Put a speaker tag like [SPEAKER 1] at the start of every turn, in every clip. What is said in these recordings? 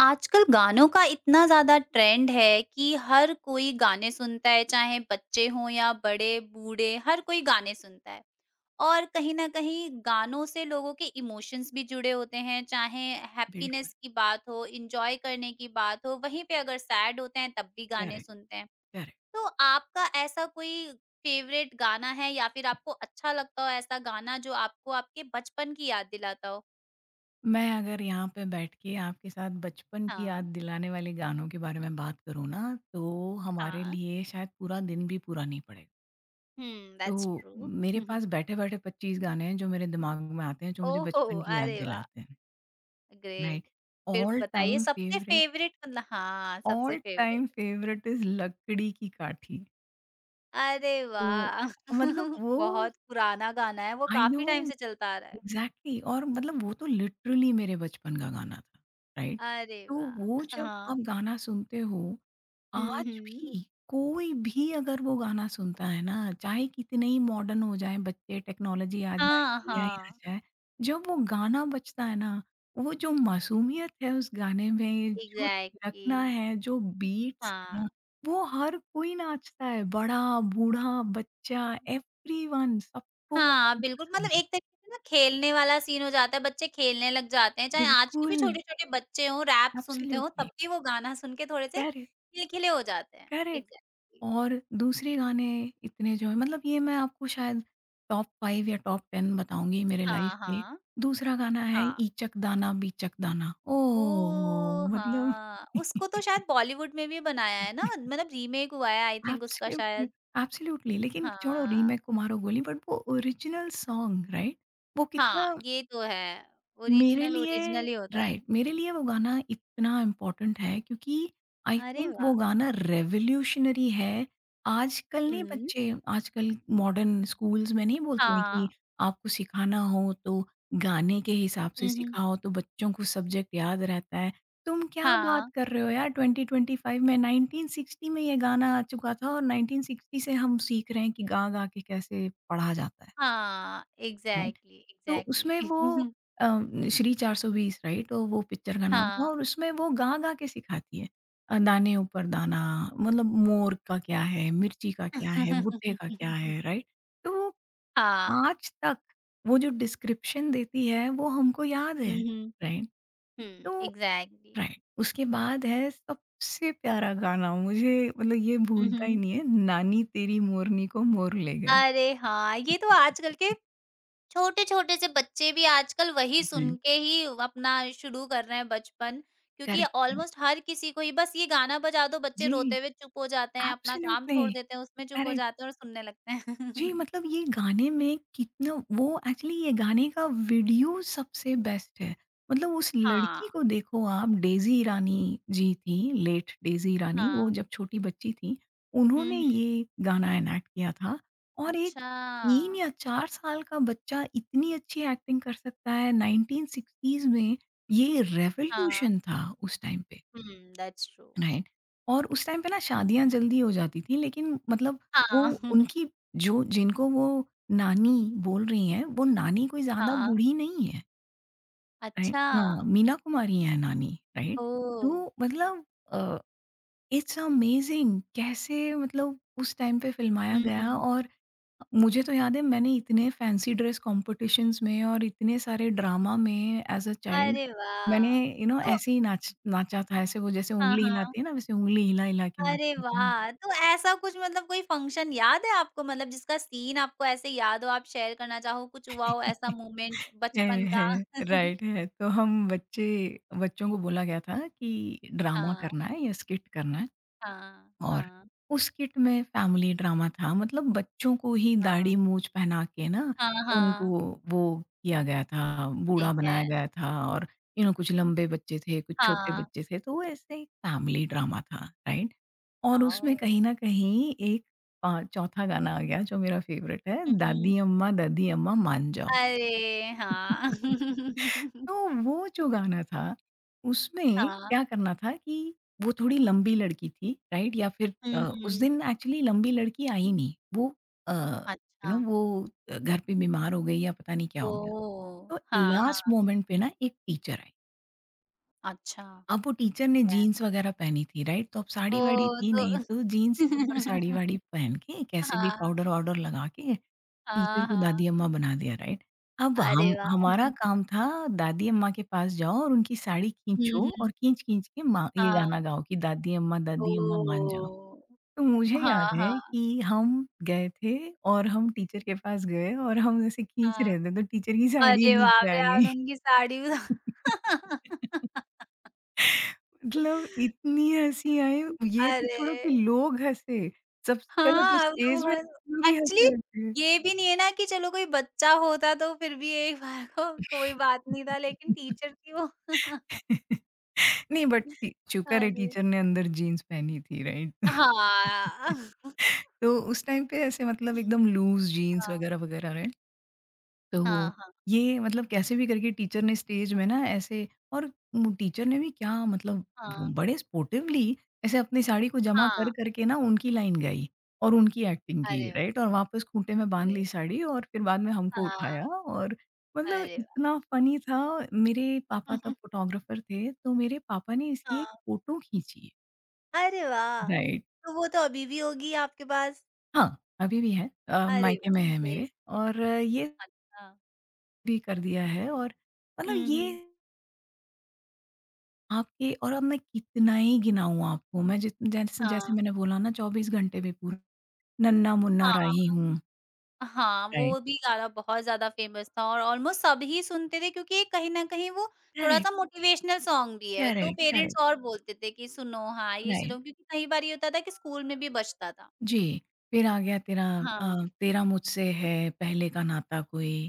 [SPEAKER 1] आजकल गानों का इतना ज़्यादा ट्रेंड है कि हर कोई गाने सुनता है, चाहे बच्चे हों या बड़े, बूढ़े, हर कोई गाने सुनता है। और कहीं न कहीं गानों से लोगों के इमोशंस भी जुड़े होते हैं, चाहे
[SPEAKER 2] बिल्कुल,
[SPEAKER 1] हैप्पीनेस की बात हो, एन्जॉय करने की बात हो, वहीं पे अगर सैड होते हैं तब भी गाने
[SPEAKER 2] करेक्ट,
[SPEAKER 1] सुनते हैं।
[SPEAKER 2] करेक्ट।
[SPEAKER 1] तो आपका ऐसा कोई फ़ेवरेट गाना है या फिर आपको अच्छा लगता हो ऐसा गाना जो आपको आपके बचपन की याद दिलाता हो?
[SPEAKER 2] मैं अगर यहाँ पे बैठ के आपके साथ बचपन की याद
[SPEAKER 1] हाँ,
[SPEAKER 2] दिलाने वाले गानों के बारे में बात करूँ ना, तो हमारे
[SPEAKER 1] हाँ।
[SPEAKER 2] लिए शायद पूरा दिन भी पूरा नहीं पड़ेगा।
[SPEAKER 1] हुँ,
[SPEAKER 2] तो
[SPEAKER 1] दैट्स ट्रू।
[SPEAKER 2] मेरे पास बैठे-बैठे 25 गाने हैं जो मेरे दिमाग में आते हैं, जो मुझे
[SPEAKER 1] ओहो!
[SPEAKER 2] बचपन की याद
[SPEAKER 1] अरे वाह!
[SPEAKER 2] दिलाते हैं,
[SPEAKER 1] ग्रेट।
[SPEAKER 2] राइट?
[SPEAKER 1] फिर
[SPEAKER 2] ऑल
[SPEAKER 1] बताइए
[SPEAKER 2] टाइम
[SPEAKER 1] सबसे
[SPEAKER 2] फेवरेट
[SPEAKER 1] फ़ेवरेट मतलब हाँ, सबसे
[SPEAKER 2] all
[SPEAKER 1] favourite.
[SPEAKER 2] Time favourite is लकड़ी की काठी।
[SPEAKER 1] अरे
[SPEAKER 2] तो
[SPEAKER 1] वाह!
[SPEAKER 2] मतलब वो
[SPEAKER 1] बहुत पुराना गाना है, वो
[SPEAKER 2] आई नो
[SPEAKER 1] काफ़ी टाइम से चलता आ रहा है।
[SPEAKER 2] Exactly exactly। और मतलब वो तो लिटरली मेरे बचपन का गाना था, राइट?
[SPEAKER 1] अरे
[SPEAKER 2] तो वो
[SPEAKER 1] वाह!
[SPEAKER 2] जब आप
[SPEAKER 1] हाँ।
[SPEAKER 2] गाना सुनते हो,
[SPEAKER 1] हुँ,
[SPEAKER 2] आज
[SPEAKER 1] हुँ।
[SPEAKER 2] भी कोई भी अगर वो गाना सुनता है ना, चाहे कितने ही मॉडर्न हो जाएँ बच्चे, टेक्नोलॉजी आ जाए,
[SPEAKER 1] हाँ,
[SPEAKER 2] एआई आ
[SPEAKER 1] हाँ।
[SPEAKER 2] जाए, जब वो गाना बजता है ना, वो जो मासूमियत है उस गाने में, जो
[SPEAKER 1] एग्ज़ैक्टली।
[SPEAKER 2] थिरकना है, जो बीट्स है
[SPEAKER 1] हाँ।
[SPEAKER 2] ना, वो हर कोई नाचता है, बड़ा, बूढ़ा, बच्चा एवरीवन सबको वो
[SPEAKER 1] हाँ,
[SPEAKER 2] गाना
[SPEAKER 1] बिल्कुल
[SPEAKER 2] पसंद
[SPEAKER 1] मतलब
[SPEAKER 2] है।
[SPEAKER 1] एक तरीके से ना खेलने वाला सीन हो जाता है, बच्चे खेलने लग जाते हैं, चाहे आज के भी
[SPEAKER 2] बिल्कुल,
[SPEAKER 1] छोटे-छोटे बच्चे हों, रैप सुनते हों, तब
[SPEAKER 2] एब्सोल्युटली,
[SPEAKER 1] भी वो गाना सुन के थोड़े से
[SPEAKER 2] करेक्ट,
[SPEAKER 1] खिलखिले हो जाते हैं।
[SPEAKER 2] करेक्ट।
[SPEAKER 1] एग्ज़ैक्टली।
[SPEAKER 2] और दूसरे गाने इतने जो हैं मतलब ये मैं आपको शायद टॉप 5 या टॉप 10 बताऊँगी मेरे लाइफ़
[SPEAKER 1] हाँ,
[SPEAKER 2] के।
[SPEAKER 1] हाँ।
[SPEAKER 2] दूसरा गाना है
[SPEAKER 1] हाँ।
[SPEAKER 2] "इचक दाना बीचक दाना", ओह!
[SPEAKER 1] ओह!
[SPEAKER 2] मतलब
[SPEAKER 1] हाँ, उसको तो शायद बॉलीवुड में भी बनाया है ना? मतलब रीमेक हुआ है आई थिंक उसका
[SPEAKER 2] एब्सोल्युटली,
[SPEAKER 1] शायद।
[SPEAKER 2] एब्सोल्युटली, लेकिन छोड़ो
[SPEAKER 1] हाँ,
[SPEAKER 2] रीमेक को मारो गोली, बट वो ओरिजिनल सॉन्ग राइट? वो
[SPEAKER 1] हाँ,
[SPEAKER 2] कितना
[SPEAKER 1] ये तो है।
[SPEAKER 2] मेरे
[SPEAKER 1] ओरिजिनल,
[SPEAKER 2] लिए
[SPEAKER 1] ओरिजिनल ही होता है।
[SPEAKER 2] राइट मेरे लिए वो गाना इतना इम्पोर्टेंट है क्योंकि आई
[SPEAKER 1] अरे
[SPEAKER 2] थिंक वो
[SPEAKER 1] वाह!
[SPEAKER 2] गाना रेवोल्यूशनरी है। आजकल नहीं
[SPEAKER 1] हुँ।
[SPEAKER 2] बच्चे, आजकल मॉडर्न स्कूल्स में नहीं बोलते हैं कि
[SPEAKER 1] हाँ।
[SPEAKER 2] आपको सिखाना हो तो गाने के हिसाब से
[SPEAKER 1] हुँ, हुँ।
[SPEAKER 2] सिखाओ तो बच्चों को सब्जेक्ट याद रहता है। तुम क्या बात
[SPEAKER 1] हाँ,
[SPEAKER 2] कर रहे हो यार, 2025 में, 1960 में ये गाना आ चुका था और 1960 से हम सीख रहे हैं कि गा गा के कैसे पढ़ा जाता है,
[SPEAKER 1] हाँ,
[SPEAKER 2] right?
[SPEAKER 1] एग्ज़ैक्टली,
[SPEAKER 2] तो उसमें
[SPEAKER 1] एग्ज़ैक्टली।
[SPEAKER 2] वो अ, श्री 420 राइट? तो वो पिक्चर का हुँ। नाम था
[SPEAKER 1] हाँ।
[SPEAKER 2] और उसमें वो गा-गा के सिखाती है। दाने ऊपर दाना, मतलब मोर का क्या है, मिर्ची का क्या है, भुट्टे का क्या है, राइट? तो वो
[SPEAKER 1] हाँ।
[SPEAKER 2] आज तक वो जो डिस्क्रिप्शन देती है वो हमको याद
[SPEAKER 1] हुँ,
[SPEAKER 2] है,
[SPEAKER 1] हुँ।
[SPEAKER 2] राइट?
[SPEAKER 1] हुँ,
[SPEAKER 2] तो
[SPEAKER 1] एग्ज़ैक्टली।
[SPEAKER 2] राइट, उसके बाद है सबसे प्यारा गाना मुझे, मतलब ये
[SPEAKER 1] हुँ,
[SPEAKER 2] भूलता ही
[SPEAKER 1] हुँ।
[SPEAKER 2] नहीं है, नानी तेरी मोरनी को मोर ले गए।
[SPEAKER 1] अरे! हाँ, ये तो आजकल के छोटे-छोटे से बच्चे भी आजकल वही सुन
[SPEAKER 2] जी।
[SPEAKER 1] के ही अपना शुरू कर रहे हैं बचपन, क्योंकि
[SPEAKER 2] करेक्ट, करेक्ट।
[SPEAKER 1] ऑलमोस्ट हर किसी को ही बस ये गाना बजा दो, बच्चे
[SPEAKER 2] जी,
[SPEAKER 1] रोते हुए चुप हो जाते हैं, अपना काम
[SPEAKER 2] एब्सोल्युटली,
[SPEAKER 1] छोड़ देते हैं, उसमें चुप हो
[SPEAKER 2] करेक्ट।
[SPEAKER 1] जाते हैं और सुनने लगते हैं।
[SPEAKER 2] जी, मतलब ये गाने में कितना वो, एक्चुअली ये गाने का वीडियो सबसे बेस्ट है। मतलब उस लड़की
[SPEAKER 1] हाँ,
[SPEAKER 2] को देखो आप, डेज़ी ईरानी जी थी, लेट डेज़ी ईरानी, वो
[SPEAKER 1] हाँ।
[SPEAKER 2] जब छोटी बच्ची थी,
[SPEAKER 1] हुँ,
[SPEAKER 2] उन्होंने
[SPEAKER 1] हुँ।
[SPEAKER 2] ये गाना एनैक्ट किया था और एक
[SPEAKER 1] अच्छा।
[SPEAKER 2] 3 या 4 साल का बच्चा इतनी अच्छी एक्टिंग कर सकता है, 1960s में, ये
[SPEAKER 1] हाँ।
[SPEAKER 2] रेवोल्यूशन था उस टाइम पे।
[SPEAKER 1] हुँ, दैट्स ट्रू।
[SPEAKER 2] राइट, और उस टाइम पे ना
[SPEAKER 1] हुँ,
[SPEAKER 2] शादियां
[SPEAKER 1] हुँ।
[SPEAKER 2] जल्दी हो जाती थी, लेकिन मतलब वो
[SPEAKER 1] हाँ।
[SPEAKER 2] उनकी जो जिनको वो नानी बोल रही हैं वो नानी कोई ज्यादा
[SPEAKER 1] हाँ।
[SPEAKER 2] बूढ़ी नहीं है, राइट,
[SPEAKER 1] अच्छा।
[SPEAKER 2] हाँ, मीना कुमारी है नानी, राइट।
[SPEAKER 1] ओह!
[SPEAKER 2] तो मतलब इट्स अमेजिंग कैसे मतलब उस टाइम पे फिल्माया
[SPEAKER 1] हुँ,
[SPEAKER 2] गया।
[SPEAKER 1] हुँ।
[SPEAKER 2] और मुझे तो याद है मैंने इतने फैंसी ड्रेस कॉम्पिटिशन्स में और इतने सारे ड्रामा में एज़ अ चाइल्ड
[SPEAKER 1] अरे
[SPEAKER 2] मैंने,
[SPEAKER 1] वाह!
[SPEAKER 2] यू नो,
[SPEAKER 1] तो
[SPEAKER 2] ऐसे ही नाच नाचा था, ऐसे वो जैसे
[SPEAKER 1] हाँ,
[SPEAKER 2] ऊँगली
[SPEAKER 1] हाँ।
[SPEAKER 2] हिलाते हैं ना वैसे ऊँगली हिला-हिला के
[SPEAKER 1] अरे
[SPEAKER 2] नाचती थी।
[SPEAKER 1] वाह! तो ऐसा कुछ मतलब कोई फंक्शन याद है आपको मतलब जिसका सीन आपको ऐसे याद हो, आप शेयर करना चाहो, कुछ हुआ हो ऐसा मोमेंट
[SPEAKER 2] है,
[SPEAKER 1] बचपन का?
[SPEAKER 2] है, राइट है। तो हम बच्चे बच्चों को बोला गया था कि ड्रामा
[SPEAKER 1] हाँ,
[SPEAKER 2] करना है या स्किट करना है।
[SPEAKER 1] हाँ,
[SPEAKER 2] और
[SPEAKER 1] हाँ,
[SPEAKER 2] उस किट में फैमिली ड्रामा था, मतलब बच्चों को ही
[SPEAKER 1] हाँ,
[SPEAKER 2] दाढ़ी मूछ पहना के ना
[SPEAKER 1] हाँ,
[SPEAKER 2] उनको
[SPEAKER 1] हाँ,
[SPEAKER 2] वो किया गया था, बूढ़ा
[SPEAKER 1] ठीक है।
[SPEAKER 2] बनाया गया था और यू नो कुछ लंबे बच्चे थे, कुछ छोटे
[SPEAKER 1] हाँ,
[SPEAKER 2] बच्चे थे, तो वो ऐसे एक फैमिली ड्रामा था, राइट? और
[SPEAKER 1] हाँ,
[SPEAKER 2] उसमें कहीं
[SPEAKER 1] ओह!
[SPEAKER 2] न कहीं एक चौथा गाना आ गया जो मेरा फ़ेवरेट है,
[SPEAKER 1] हुँ, हुँ।
[SPEAKER 2] दादी अम्मा मान जाओ।
[SPEAKER 1] अरे! हाँ।
[SPEAKER 2] तो वो जो गाना था, उसमें
[SPEAKER 1] हाँ,
[SPEAKER 2] क्या करना था कि वो थोड़ी लंबी लड़की थी, राइट? या फिर
[SPEAKER 1] हुँ,
[SPEAKER 2] उस दिन
[SPEAKER 1] हुँ।
[SPEAKER 2] एक्चुअली लंबी लड़की आई नहीं। वो यू
[SPEAKER 1] अच्छा,
[SPEAKER 2] नो वो घर पे बीमार हो गई या पता नहीं क्या हो गया।
[SPEAKER 1] ओह!
[SPEAKER 2] तो
[SPEAKER 1] हाँ,
[SPEAKER 2] लास्ट
[SPEAKER 1] हाँ,
[SPEAKER 2] मोमेंट पे ना एक टीचर आई।
[SPEAKER 1] अच्छा,
[SPEAKER 2] अब वो टीचर
[SPEAKER 1] ठीक
[SPEAKER 2] ने
[SPEAKER 1] है।
[SPEAKER 2] जीन्स वगैरह पहनी थी, राइट? तो अब साड़ी-वाड़ी
[SPEAKER 1] ओह!
[SPEAKER 2] थी नहीं,
[SPEAKER 1] तो
[SPEAKER 2] तो जीन्स के ऊपर साड़ी-वाड़ी पहन के कैसे भी
[SPEAKER 1] हाँ,
[SPEAKER 2] पाउडर-वाउडर लगा के टीचर
[SPEAKER 1] हाँ,
[SPEAKER 2] को
[SPEAKER 1] हाँ,
[SPEAKER 2] दादी अम्मा बना दिया, राइट? अब
[SPEAKER 1] अरे
[SPEAKER 2] हम,
[SPEAKER 1] वाह!
[SPEAKER 2] हमारा काम था दादी अम्मा के पास जाओ और उनकी साड़ी
[SPEAKER 1] हुँ,
[SPEAKER 2] खींचो और
[SPEAKER 1] हुँ।
[SPEAKER 2] खींच-खींच के माँ ये गाना
[SPEAKER 1] हाँ,
[SPEAKER 2] गाओ कि दादी अम्मा मान जाओ।
[SPEAKER 1] ओह!
[SPEAKER 2] तो मुझे
[SPEAKER 1] हाँ,
[SPEAKER 2] याद है
[SPEAKER 1] हाँ,
[SPEAKER 2] कि हम गए थे और हम टीचर के पास गए और हम ऐसे खींच
[SPEAKER 1] हाँ।
[SPEAKER 2] रहे थे, तो टीचर की साड़ी
[SPEAKER 1] अरे बाप
[SPEAKER 2] नीचे आ
[SPEAKER 1] रे!
[SPEAKER 2] गई।
[SPEAKER 1] आपने उनकी साड़ी उड़ा
[SPEAKER 2] मतलब इतनी हँसी आई, ये तो छोड़ो कि
[SPEAKER 1] अरे!
[SPEAKER 2] लोग हँसे, सबसे पहले तो
[SPEAKER 1] हाँ,
[SPEAKER 2] स्टेज
[SPEAKER 1] वो
[SPEAKER 2] में लोग ही
[SPEAKER 1] एक्चुअली
[SPEAKER 2] हँसे थे।
[SPEAKER 1] ये भी नहीं है ना कि चलो कोई बच्चा होता तो फिर भी एक बार को कोई बात नहीं था लेकिन टीचर थी वो।
[SPEAKER 2] नहीं बट टी चूकर
[SPEAKER 1] अरे!
[SPEAKER 2] टीचर ने अंदर जीन्स पहनी थी, राइट?
[SPEAKER 1] हाँ, हाँ,
[SPEAKER 2] तो उस टाइम पे ऐसे मतलब एकदम लूज़ जीन्स वगैरह, वगैरह, राइट?
[SPEAKER 1] हाँ,
[SPEAKER 2] तो
[SPEAKER 1] हाँ,
[SPEAKER 2] ये मतलब कैसे भी करके टीचर ने स्टेज में ना ऐसे और टीचर ने भी क्या, मतलब वो
[SPEAKER 1] हाँ,
[SPEAKER 2] बड़े स्पोर्टिवली ऐसे अपनी साड़ी को जमा कर
[SPEAKER 1] हाँ।
[SPEAKER 2] करके ना उनकी लाइन गाई और उनकी एक्टिंग की,
[SPEAKER 1] अरे वाह!
[SPEAKER 2] राइट? और वापस खूँटे में बाँध ली
[SPEAKER 1] ग्रेट।
[SPEAKER 2] साड़ी और फिर बाद में हमको
[SPEAKER 1] हाँ,
[SPEAKER 2] उठाया और मतलब
[SPEAKER 1] अरे वाह!
[SPEAKER 2] इतना फ़नी था। मेरे पापा तब फ़ोटोग्राफ़र थे, तो मेरे पापा ने इसकी एक
[SPEAKER 1] हाँ।
[SPEAKER 2] फ़ोटो खींची।
[SPEAKER 1] अरे वाह!
[SPEAKER 2] राइट।
[SPEAKER 1] तो वो तो अभी भी होगी आपके पास?
[SPEAKER 2] हाँ, अभी भी है,
[SPEAKER 1] अरे
[SPEAKER 2] मायके
[SPEAKER 1] वाह!
[SPEAKER 2] में है
[SPEAKER 1] ग्रेट
[SPEAKER 2] मेरे और ये
[SPEAKER 1] गाना था।
[SPEAKER 2] भी कर दिया है और मतलब
[SPEAKER 1] हुँ,
[SPEAKER 2] ये
[SPEAKER 1] हुँ।
[SPEAKER 2] आपके। और अब मैं कितना ही गिनाऊँ आपको, मैं जित जैसे जैसे
[SPEAKER 1] हाँ,
[SPEAKER 2] मैंने बोला ना 24 घंटे भी पूरा। नन्ना-मुन्ना राही
[SPEAKER 1] हाँ,
[SPEAKER 2] हूँ।
[SPEAKER 1] हाँ,
[SPEAKER 2] राइट।
[SPEAKER 1] वो भी गाना बहुत ज़्यादा फ़ेमस था और ऑलमोस्ट सभी सुनते थे क्योंकि कहीं न कहीं वो
[SPEAKER 2] करेक्ट,
[SPEAKER 1] थोड़ा-सा मोटिवेशनल सॉन्ग भी है, तो
[SPEAKER 2] करेक्ट,
[SPEAKER 1] पेरेंट्स
[SPEAKER 2] करेक्ट,
[SPEAKER 1] और बोलते थे कि सुनो हाँ, ये
[SPEAKER 2] राइट।
[SPEAKER 1] सुनो क्योंकि कई बार ये होता था कि स्कूल में भी बजता था।
[SPEAKER 2] जी, फिर आ गया तेरा
[SPEAKER 1] हाँ,
[SPEAKER 2] अ, तेरा मुझसे है पहले का नाता कोई।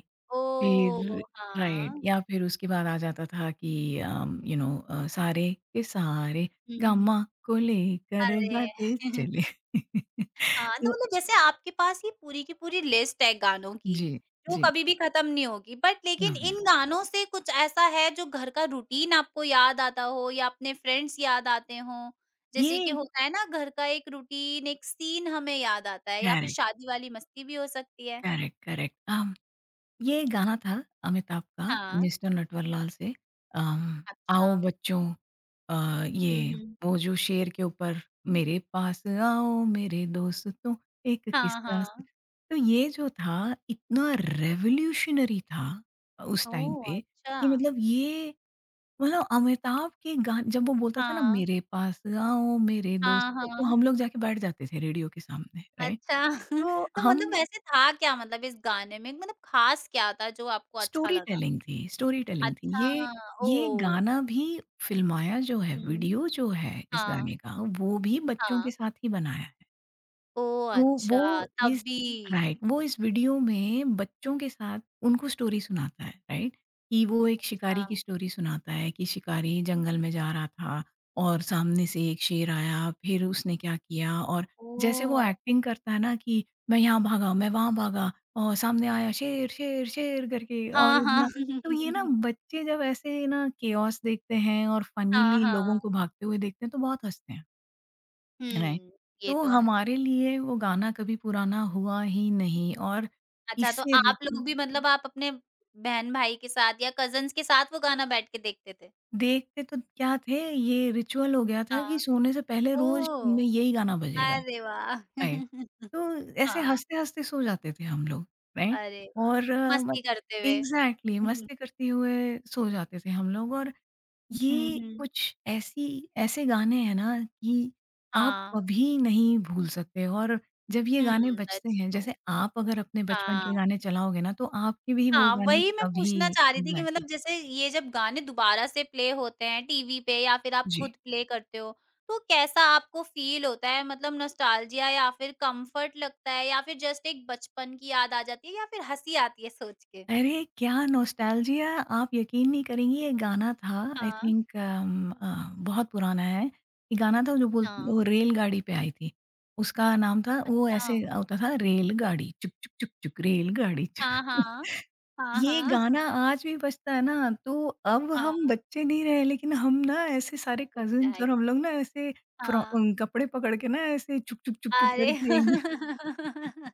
[SPEAKER 2] फिर
[SPEAKER 1] ओह!
[SPEAKER 2] राइट,
[SPEAKER 1] हाँ।
[SPEAKER 2] या फिर उसके बाद आ जाता था कि यू नो सारे के सारे
[SPEAKER 1] हुँ,
[SPEAKER 2] गामा
[SPEAKER 1] हुँ।
[SPEAKER 2] को लेकर गाते
[SPEAKER 1] अरे!
[SPEAKER 2] चले।
[SPEAKER 1] हाँ, तो
[SPEAKER 2] तो
[SPEAKER 1] मतलब जैसे आपके पास ये पूरी की पूरी लिस्ट है गानों की,
[SPEAKER 2] जी,
[SPEAKER 1] जो
[SPEAKER 2] जी,
[SPEAKER 1] कभी भी खत्म नहीं होगी। बट लेकिन
[SPEAKER 2] लव यू।
[SPEAKER 1] इन गानों से कुछ ऐसा है जो घर का रूटीन आपको याद आता हो या अपने फ्रेंड्स याद आते हों? जैसे कि
[SPEAKER 2] ये
[SPEAKER 1] होता है ना घर का एक रूटीन, एक सीन हमें याद आता है या फिर
[SPEAKER 2] करेक्ट,
[SPEAKER 1] शादी वाली मस्ती भी हो सकती है।
[SPEAKER 2] करेक्ट, करेक्ट, ये गाना था अमिताभ का
[SPEAKER 1] हाँ,
[SPEAKER 2] मिस्टर नटवरलाल से। अम,
[SPEAKER 1] अच्छा।
[SPEAKER 2] आओ बच्चों,
[SPEAKER 1] हुँ,
[SPEAKER 2] ये
[SPEAKER 1] हुँ।
[SPEAKER 2] वो जो शेर के ऊपर, मेरे पास आओ मेरे दोस्तों एक
[SPEAKER 1] हाँ,
[SPEAKER 2] किस्सा सु।
[SPEAKER 1] हाँ।
[SPEAKER 2] तो ये जो था इतना रेवोल्यूशनरी था उस टाइम
[SPEAKER 1] ओह!
[SPEAKER 2] पे,
[SPEAKER 1] अच्छा।
[SPEAKER 2] कि मतलब ये, मतलब अमिताभ के गान जब वो बोलता था ना
[SPEAKER 1] हाँ।
[SPEAKER 2] मेरे पास आओ मेरे
[SPEAKER 1] हाँ,
[SPEAKER 2] दोस्तों, तो
[SPEAKER 1] हाँ।
[SPEAKER 2] हम लोग जाके बैठ जाते थे रेडियो के सामने, राइट?
[SPEAKER 1] अच्छा
[SPEAKER 2] तो
[SPEAKER 1] तो
[SPEAKER 2] हम
[SPEAKER 1] मतलब वैसे था क्या मतलब इस गाने में? मतलब खास क्या था जो आपको अच्छा
[SPEAKER 2] स्टोरी
[SPEAKER 1] लगा?
[SPEAKER 2] टेलिंग थी, स्टोरी टेलिंग थी।
[SPEAKER 1] अच्छा,
[SPEAKER 2] ये
[SPEAKER 1] ओह!
[SPEAKER 2] गाना भी फिल्माया जो है,
[SPEAKER 1] हुँ।
[SPEAKER 2] वीडियो जो है इस
[SPEAKER 1] हाँ,
[SPEAKER 2] गाने का, वो भी बच्चों
[SPEAKER 1] हाँ।
[SPEAKER 2] के साथ ही बनाया है।
[SPEAKER 1] ओह!
[SPEAKER 2] तो वो
[SPEAKER 1] अच्छा,
[SPEAKER 2] इस
[SPEAKER 1] तभी।
[SPEAKER 2] वो इस वीडियो में बच्चों के साथ उनको स्टोरी सुनाता है, राइट, कि वो एक शिकारी की
[SPEAKER 1] हाँ,
[SPEAKER 2] स्टोरी सुनाता है, कि शिकारी जंगल में जा रहा था और सामने से एक शेर आया, फिर उसने क्या किया और जैसे
[SPEAKER 1] ओह!
[SPEAKER 2] वो एक्टिंग करता है ना कि मैं यहाँ भागा मैं वहाँ भागा और सामने आया शेर शेर शेर करके और
[SPEAKER 1] हाँ,
[SPEAKER 2] इतना।
[SPEAKER 1] हाँ।
[SPEAKER 2] तो ये ना बच्चे जब ऐसे ना केओस देखते हैं और
[SPEAKER 1] हाँ,
[SPEAKER 2] फनीली
[SPEAKER 1] हाँ।
[SPEAKER 2] लोगों को भागते हुए देखते हैं तो बहुत हंसते हैं, राइट।
[SPEAKER 1] हुँ, ये
[SPEAKER 2] तो
[SPEAKER 1] तो है।
[SPEAKER 2] हमारे लिए वो गाना कभी पुराना हुआ ही नहीं और
[SPEAKER 1] अच्छा तो
[SPEAKER 2] इससे रि
[SPEAKER 1] आप लोग भी मतलब आप अपने बहन-भाई के साथ या कज़िन्स के साथ वो गाना बैठ के देखते थे?
[SPEAKER 2] देखते तो क्या थे, ये रिचुअल हो गया था कि
[SPEAKER 1] हाँ।
[SPEAKER 2] सोने से पहले रोज़
[SPEAKER 1] ओह!
[SPEAKER 2] में यही गाना बजेगा,
[SPEAKER 1] अरे वाह!
[SPEAKER 2] राइट। तो ऐसे
[SPEAKER 1] हाँ,
[SPEAKER 2] हँसते-हँसते सो जाते थे हम लोग, राइट।
[SPEAKER 1] अरे वाह!
[SPEAKER 2] और मत
[SPEAKER 1] मस्ती करते हुए।
[SPEAKER 2] एग्ज़ैक्टली
[SPEAKER 1] हुँ, हुँ,
[SPEAKER 2] मस्ती करते हुए सो जाते थे हम लोग और
[SPEAKER 1] हुँ,
[SPEAKER 2] ये
[SPEAKER 1] हुँ।
[SPEAKER 2] कुछ ऐसी, ऐसे गाने हैं ना कि आप
[SPEAKER 1] हाँ।
[SPEAKER 2] कभी नहीं भूल सकते। और जब ये
[SPEAKER 1] हुँ,
[SPEAKER 2] गाने बजते
[SPEAKER 1] दैट्स
[SPEAKER 2] हैं
[SPEAKER 1] ट्रू।
[SPEAKER 2] जैसे आप अगर अपने बचपन
[SPEAKER 1] हाँ।
[SPEAKER 2] के गाने चलाओगे ना तो आपके भी वो
[SPEAKER 1] हाँ,
[SPEAKER 2] गाने
[SPEAKER 1] वही मैं
[SPEAKER 2] कभी
[SPEAKER 1] पूछना चाह रही थी कि
[SPEAKER 2] एग्जैक्टली।
[SPEAKER 1] मतलब जैसे ये जब गाने दोबारा से प्ले होते हैं टीवी पे या फिर आप
[SPEAKER 2] जी।
[SPEAKER 1] खुद प्ले करते हो, तो कैसा आपको फ़ील होता है? मतलब नॉस्टैल्जिया या फिर कम्फ़र्ट लगता है या फिर जस्ट एक बचपन की याद आ जाती है या फिर हँसी आती है सोच के?
[SPEAKER 2] अरे क्या नॉस्टैल्जिया! आप यकीन नहीं करेंगी, ये गाना था आई
[SPEAKER 1] हाँ,
[SPEAKER 2] थिंक बहुत पुराना है। ये गाना था जो बोल वो
[SPEAKER 1] हाँ।
[SPEAKER 2] रेलगाड़ी पे आई थी। उसका नाम था वो
[SPEAKER 1] अच्छा।
[SPEAKER 2] ऐसे होता था, रेलगाड़ी चुक, चुक, चुक, चुक रेलगाड़ी
[SPEAKER 1] हाँ,
[SPEAKER 2] चुक।
[SPEAKER 1] हाँ। हाँ,
[SPEAKER 2] ये
[SPEAKER 1] हाँ।
[SPEAKER 2] गाना आज भी बजता है ना, तो अब
[SPEAKER 1] हाँ,
[SPEAKER 2] हम बच्चे नहीं रहे, लेकिन हम ना ऐसे सारे कज़िन्स और
[SPEAKER 1] एग्ज़ैक्ट
[SPEAKER 2] हम लोग ना ऐसे फ्रॉ
[SPEAKER 1] हाँ।
[SPEAKER 2] अ, कपड़े पकड़ के ना ऐसे चुक, चुक, चुक, चुक
[SPEAKER 1] अरे!
[SPEAKER 2] करके एक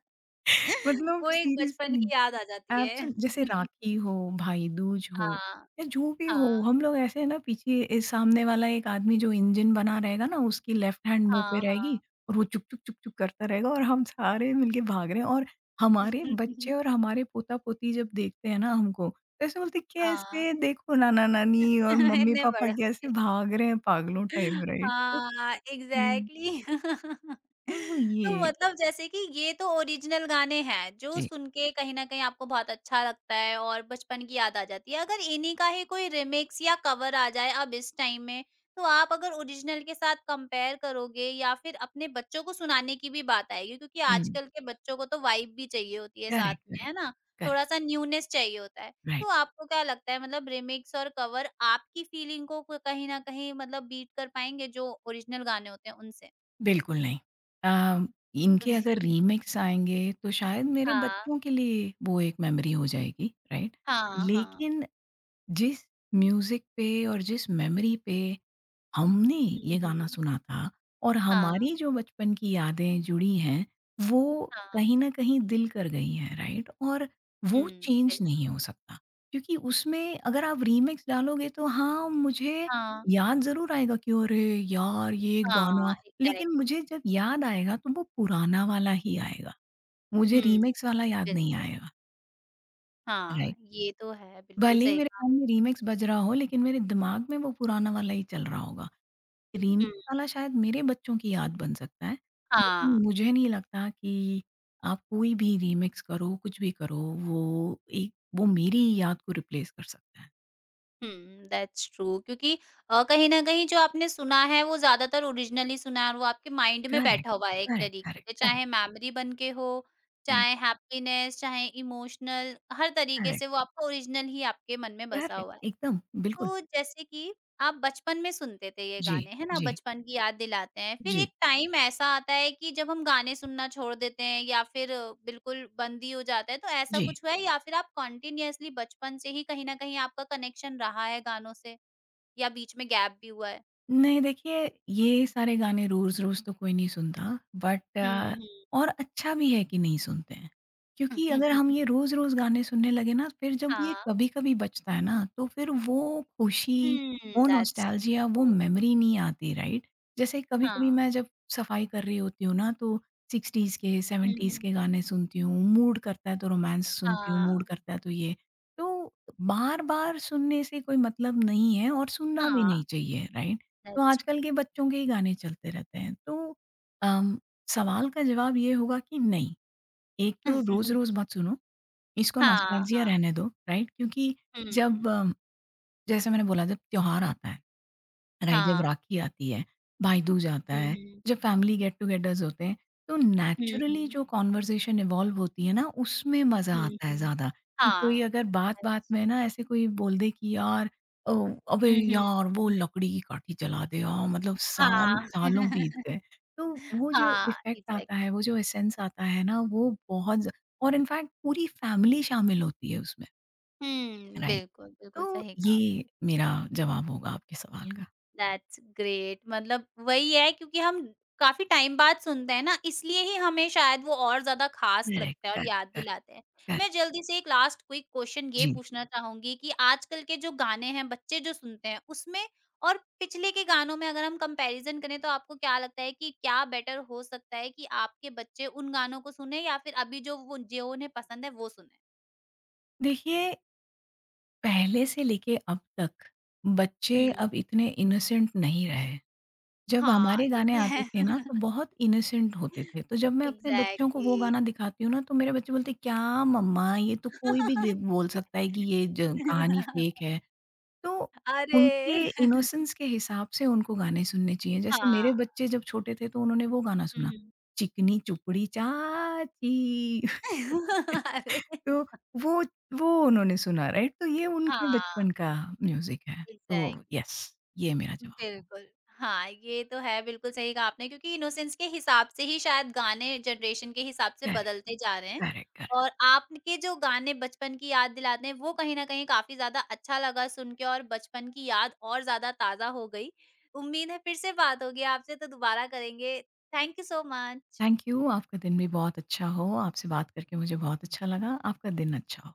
[SPEAKER 2] मतलब
[SPEAKER 1] वो एक बचपन
[SPEAKER 2] सीरियसली।
[SPEAKER 1] की याद आ जाती है।
[SPEAKER 2] एब्सेंट जैसे राखी हो, भाई दूज हो
[SPEAKER 1] हाँ,
[SPEAKER 2] या जो भी हो,
[SPEAKER 1] हाँ।
[SPEAKER 2] हम लोग ऐसे है ना, पीछे, ए, सामने वाला एक आदमी जो इंजन बना रहेगा ना उसकी लेफ्ट हैंड मुँह
[SPEAKER 1] हाँ,
[SPEAKER 2] पे रहेगी
[SPEAKER 1] हाँ।
[SPEAKER 2] और वो चुक, चुक, चुक, चुक करता रहेगा और हम सारे मिलके भाग रहे हैं। और हमारे बच्चे और हमारे पोता-पोती जब देखते हैं ना हमको, तो ऐसे बोलते हैं,
[SPEAKER 1] हाँ,
[SPEAKER 2] "कैसे देखो नाना-नानी और
[SPEAKER 1] इतने
[SPEAKER 2] मम्मी-पापा
[SPEAKER 1] बड़े हो
[SPEAKER 2] कैसे
[SPEAKER 1] गए।
[SPEAKER 2] भाग रहे हैं पागलों टाइप", राइट? तो
[SPEAKER 1] हाँ,
[SPEAKER 2] हुँ,
[SPEAKER 1] एग्ज़ैक्टली
[SPEAKER 2] तो
[SPEAKER 1] तो
[SPEAKER 2] ये
[SPEAKER 1] मतलब जैसे कि ये तो ओरिजिनल गाने हैं, जो
[SPEAKER 2] जी,
[SPEAKER 1] सुन के कहीं न कहीं आपको बहुत अच्छा लगता है और बचपन की याद आ जाती है। अगर इन्हीं का ही कोई रिमिक्स या कवर आ जाए अब इस टाइम में, तो आप अगर ओरिजिनल के साथ कंपेयर करोगे या फिर अपने बच्चों को सुनाने की भी बात आएगी क्योंकि
[SPEAKER 2] हुँ,
[SPEAKER 1] आजकल के बच्चों को तो वाइब भी चाहिए होती है साथ
[SPEAKER 2] करेक्ट,
[SPEAKER 1] में,
[SPEAKER 2] करेक्ट,
[SPEAKER 1] है ना?
[SPEAKER 2] करेक्ट,
[SPEAKER 1] थोड़ा-सा न्यूनेस चाहिए होता है।
[SPEAKER 2] राइट।
[SPEAKER 1] तो आपको क्या लगता है मतलब रिमिक्स और कवर आपकी फीलिंग को क कहीं न कहीं मतलब बीट कर पाएँगे जो ओरिजिनल गाने होते हैं उनसे?
[SPEAKER 2] बिल्कुल नहीं। अ, इनके
[SPEAKER 1] बिल्कुल।
[SPEAKER 2] अगर रीमिक्स आएँगे तो शायद मेरे
[SPEAKER 1] हाँ,
[SPEAKER 2] बच्चों के लिए वो एक मेमोरी हो जाएगी, राइट?
[SPEAKER 1] हाँ, हाँ।
[SPEAKER 2] लेकिन जिस म्यूज़िक पे और जिस मेमोरी पे हमने
[SPEAKER 1] हुँ,
[SPEAKER 2] ये गाना
[SPEAKER 1] हुँ।
[SPEAKER 2] सुना था और
[SPEAKER 1] हाँ,
[SPEAKER 2] हमारी जो बचपन की यादें जुड़ी हैं, वो
[SPEAKER 1] हाँ।
[SPEAKER 2] कहीं न कहीं दिल कर गई हैं, राइट? और
[SPEAKER 1] हुँ,
[SPEAKER 2] वो चेंज नहीं
[SPEAKER 1] बिल्कुल।
[SPEAKER 2] हो सकता। क्योंकि उसमें अगर आप रीमिक्स डालोगे तो हाँ, मुझे
[SPEAKER 1] हाँ,
[SPEAKER 2] याद ज़रूर आएगा कि अरे यार! ये गाना।
[SPEAKER 1] हाँ,
[SPEAKER 2] लेकिन
[SPEAKER 1] एग्ज़ैक्टली।
[SPEAKER 2] मुझे जब याद आएगा तो वो पुराना वाला ही आएगा। मुझे
[SPEAKER 1] हुँ,
[SPEAKER 2] रीमिक्स वाला याद नहीं
[SPEAKER 1] बिल्कुल।
[SPEAKER 2] आएगा,
[SPEAKER 1] हाँ,
[SPEAKER 2] राइट?
[SPEAKER 1] ये तो है, बिल्कुल
[SPEAKER 2] भले ही
[SPEAKER 1] सही
[SPEAKER 2] मेरे
[SPEAKER 1] कहा।
[SPEAKER 2] कान में रीमिक्स बज रहा हो लेकिन मेरे दिमाग में वो पुराना वाला ही चल रहा होगा। क्रीम
[SPEAKER 1] हुँ,
[SPEAKER 2] मसाला शायद मेरे बच्चों की याद बन सकता है,
[SPEAKER 1] हाँ।
[SPEAKER 2] लेकिन मुझे नहीं लगता कि आप कोई भी रीमिक्स करो, कुछ भी करो, वो एक वो मेरी याद को रिप्लेस कर सकता है।
[SPEAKER 1] हुँ, दैट्स ट्रू क्योंकि कहीं न कहीं जो आपने सुना है वो ज़्यादातर ओरिजिनली सुना है और वो आपके माइंड में
[SPEAKER 2] करेक्ट,
[SPEAKER 1] बैठा हुआ है एक
[SPEAKER 2] करेक्ट,
[SPEAKER 1] तरीके
[SPEAKER 2] करेक्ट,
[SPEAKER 1] से,
[SPEAKER 2] करेक्ट,
[SPEAKER 1] चाहे मेमोरी बन के हो,
[SPEAKER 2] राइट,
[SPEAKER 1] चाहे हैप्पीनेस, चाहे इमोशनल, हर तरीके
[SPEAKER 2] करेक्ट,
[SPEAKER 1] से वो आपका ओरिजिनल ही आपके मन में बसा
[SPEAKER 2] करेक्ट,
[SPEAKER 1] हुआ है।
[SPEAKER 2] एकदम, बिल्कुल।
[SPEAKER 1] तो जैसे कि आप बचपन में सुनते थे ये
[SPEAKER 2] जी,
[SPEAKER 1] गाने, है ना?
[SPEAKER 2] जी,
[SPEAKER 1] बचपन की याद दिलाते हैं। फिर एक
[SPEAKER 2] जी,
[SPEAKER 1] टाइम ऐसा आता है कि जब हम गाने सुनना छोड़ देते हैं या फिर बिल्कुल बंद ही हो जाता है, तो ऐसा
[SPEAKER 2] जी।
[SPEAKER 1] कुछ हुआ है या फिर आप कंटीन्यूअसली बचपन से ही कहीं न कहीं आपका कनेक्शन रहा है गानों से या बीच में गैप भी हुआ है?
[SPEAKER 2] नहीं देखिए, ये सारे गाने रोज़-रोज़ तो कोई नहीं सुनता, बट
[SPEAKER 1] हुँ, हुँ।
[SPEAKER 2] और अच्छा भी है कि नहीं सुनते हैं। क्योंकि अगर हम ये रोज़-रोज़ गाने सुनने लगे ना फिर जब ये
[SPEAKER 1] हाँ।
[SPEAKER 2] कभी-कभी बजता है ना तो फिर वो खुशी,
[SPEAKER 1] हुँ,
[SPEAKER 2] वो
[SPEAKER 1] दैट्स
[SPEAKER 2] नॉस्टैल्जिया, वो
[SPEAKER 1] ट्रू।
[SPEAKER 2] मेमोरी नहीं आती, राइट? जैसे कभी-कभी
[SPEAKER 1] हाँ।
[SPEAKER 2] मैं जब सफाई कर रही होती हूँ ना तो 60s के
[SPEAKER 1] हुँ,
[SPEAKER 2] 70s
[SPEAKER 1] हुँ।
[SPEAKER 2] के गाने सुनती हूँ, मूड करता है तो रोमांस सुनती हूँ, मूड
[SPEAKER 1] हाँ।
[SPEAKER 2] करता है तो ये। तो बार-बार सुनने से कोई मतलब नहीं है और सुनना भी
[SPEAKER 1] हाँ,
[SPEAKER 2] नहीं चाहिए, राइट? तो
[SPEAKER 1] दैट्स
[SPEAKER 2] आजकल
[SPEAKER 1] ट्रू।
[SPEAKER 2] के बच्चों के ही गाने चलते रहते हैं। तो अम, सवाल का जवाब ये होगा कि नहीं, एक तो रोज़-रोज़ मत सुनो, इसको
[SPEAKER 1] हाँ,
[SPEAKER 2] नॉस्टैल्जिया
[SPEAKER 1] हाँ।
[SPEAKER 2] रहने दो, राइट? क्योंकि
[SPEAKER 1] हुँ।
[SPEAKER 2] जब जैसे मैंने बोला जब त्योहार आता है, राइट, जब
[SPEAKER 1] हाँ।
[SPEAKER 2] राखी आती है, भाई-दूज आता
[SPEAKER 1] हुँ,
[SPEAKER 2] है,
[SPEAKER 1] हुँ।
[SPEAKER 2] जब फैमिली गेट-टुगेदर्स होते हैं, तो
[SPEAKER 1] हुँ,
[SPEAKER 2] नेचुरली
[SPEAKER 1] हुँ।
[SPEAKER 2] जो कन्वर्सेशन इवॉल्व होती है ना, उसमें मज़ा
[SPEAKER 1] हुँ,
[SPEAKER 2] आता है
[SPEAKER 1] हुँ।
[SPEAKER 2] ज़्यादा, कि कोई
[SPEAKER 1] हाँ।
[SPEAKER 2] अगर बात-बात
[SPEAKER 1] अच्छा।
[SPEAKER 2] में ना ऐसे कोई बोल दे कि यार अ, अबे
[SPEAKER 1] हुँ, हुँ,
[SPEAKER 2] यार वो
[SPEAKER 1] हुँ।
[SPEAKER 2] लकड़ी की काठी जला दे यार, मतलब साल
[SPEAKER 1] हाँ।
[SPEAKER 2] सालों बीत गए। तो वो जो
[SPEAKER 1] हाँ,
[SPEAKER 2] इफ़ेक्ट आता है,
[SPEAKER 1] एग्ज़ैक्टली।
[SPEAKER 2] वो जो एसेंस आता है ना, वो बहुत ज। और इनफैक्ट पूरी फैमिली शामिल होती है उसमें,
[SPEAKER 1] हुँ,
[SPEAKER 2] राइट?
[SPEAKER 1] बिल्कुल, बिल्कुल
[SPEAKER 2] तो
[SPEAKER 1] सही कहा आपने।
[SPEAKER 2] ये मेरा जवाब होगा आपके सवाल का।
[SPEAKER 1] दैट्स ग्रेट मतलब वही है क्योंकि हम काफी टाइम बाद सुनते हैं ना इसलिए ही हमें शायद वो और ज्यादा खास
[SPEAKER 2] करेक्ट,
[SPEAKER 1] लगता है और
[SPEAKER 2] करेक्ट,
[SPEAKER 1] याद
[SPEAKER 2] करेक्ट।
[SPEAKER 1] दिलाते हैं।
[SPEAKER 2] करेक्ट,
[SPEAKER 1] मैं जल्दी से एक लास्ट क्विक क्वेश्चन ये
[SPEAKER 2] जी।
[SPEAKER 1] पूछना चाहूँगी कि आजकल के जो गाने हैं बच्चे जो सुनते हैं उसमें और पिछले के गानों में अगर हम कंपैरिजन करें तो आपको क्या लगता है कि क्या बेटर हो सकता है कि आपके बच्चे उन गानों को सुने या फिर अभी जो उन्हें पसंद है वो सुने?
[SPEAKER 2] देखिए, पहले से लेके अब तक बच्चे अब
[SPEAKER 1] हुँ।
[SPEAKER 2] इतने इनोसेंट नहीं रहे। जब
[SPEAKER 1] हाँ,
[SPEAKER 2] हमारे
[SPEAKER 1] ये
[SPEAKER 2] गाने
[SPEAKER 1] भी
[SPEAKER 2] आते
[SPEAKER 1] है।
[SPEAKER 2] थे ना तो बहुत इनोसेंट होते थे। तो जब मैं अपने बच्चों को
[SPEAKER 1] एग्ज़ैक्टली
[SPEAKER 2] वो गाना दिखाती हूँ ना तो मेरे बच्चे बोलते हैं, "क्या मम्मा, ये तो कोई भी दे बोल सकता है कि ये ज कहानी फेक है।" तो उनके
[SPEAKER 1] अरे!
[SPEAKER 2] इनोसेंस के हिसाब से उनको गाने सुनने चाहिए। जैसे
[SPEAKER 1] हाँ,
[SPEAKER 2] मेरे बच्चे जब छोटे थे तो उन्होंने वो गाना
[SPEAKER 1] हुँ,
[SPEAKER 2] सुना,
[SPEAKER 1] हुँ।
[SPEAKER 2] चिकनी चुपड़ी चाची।
[SPEAKER 1] अरे!
[SPEAKER 2] तो वो वो उन्होंने सुना, राइट? तो ये उनके बचपन
[SPEAKER 1] हाँ,
[SPEAKER 2] का म्यूज़िक है। तो
[SPEAKER 1] एग्ज़ैक्टली
[SPEAKER 2] यस, ये मेरा जवाब हो।
[SPEAKER 1] बिल्कुल। हाँ, ये तो है, बिल्कुल सही कहा आपने क्योंकि इनोसेंस के हिसाब से ही शायद गाने जनरेशन के हिसाब से
[SPEAKER 2] करेक्ट,
[SPEAKER 1] बदलते जा रहे हैं
[SPEAKER 2] करेक्ट, करेक्ट।
[SPEAKER 1] और आपके जो गाने बचपन की याद दिलाते हैं, वो कहीं न कहीं काफ़ी ज़्यादा अच्छा लगा सुन के और बचपन की याद और ज़्यादा ताज़ा हो गई। उम्मीद है फिर से बात होगी आपसे तो दोबारा करेंगे। Thank you so much.
[SPEAKER 2] Thank you, आपका दिन भी बहुत अच्छा हो। आपसे बात करके मुझे बहुत अच्छा लगा। आपका दिन अच्छा हो।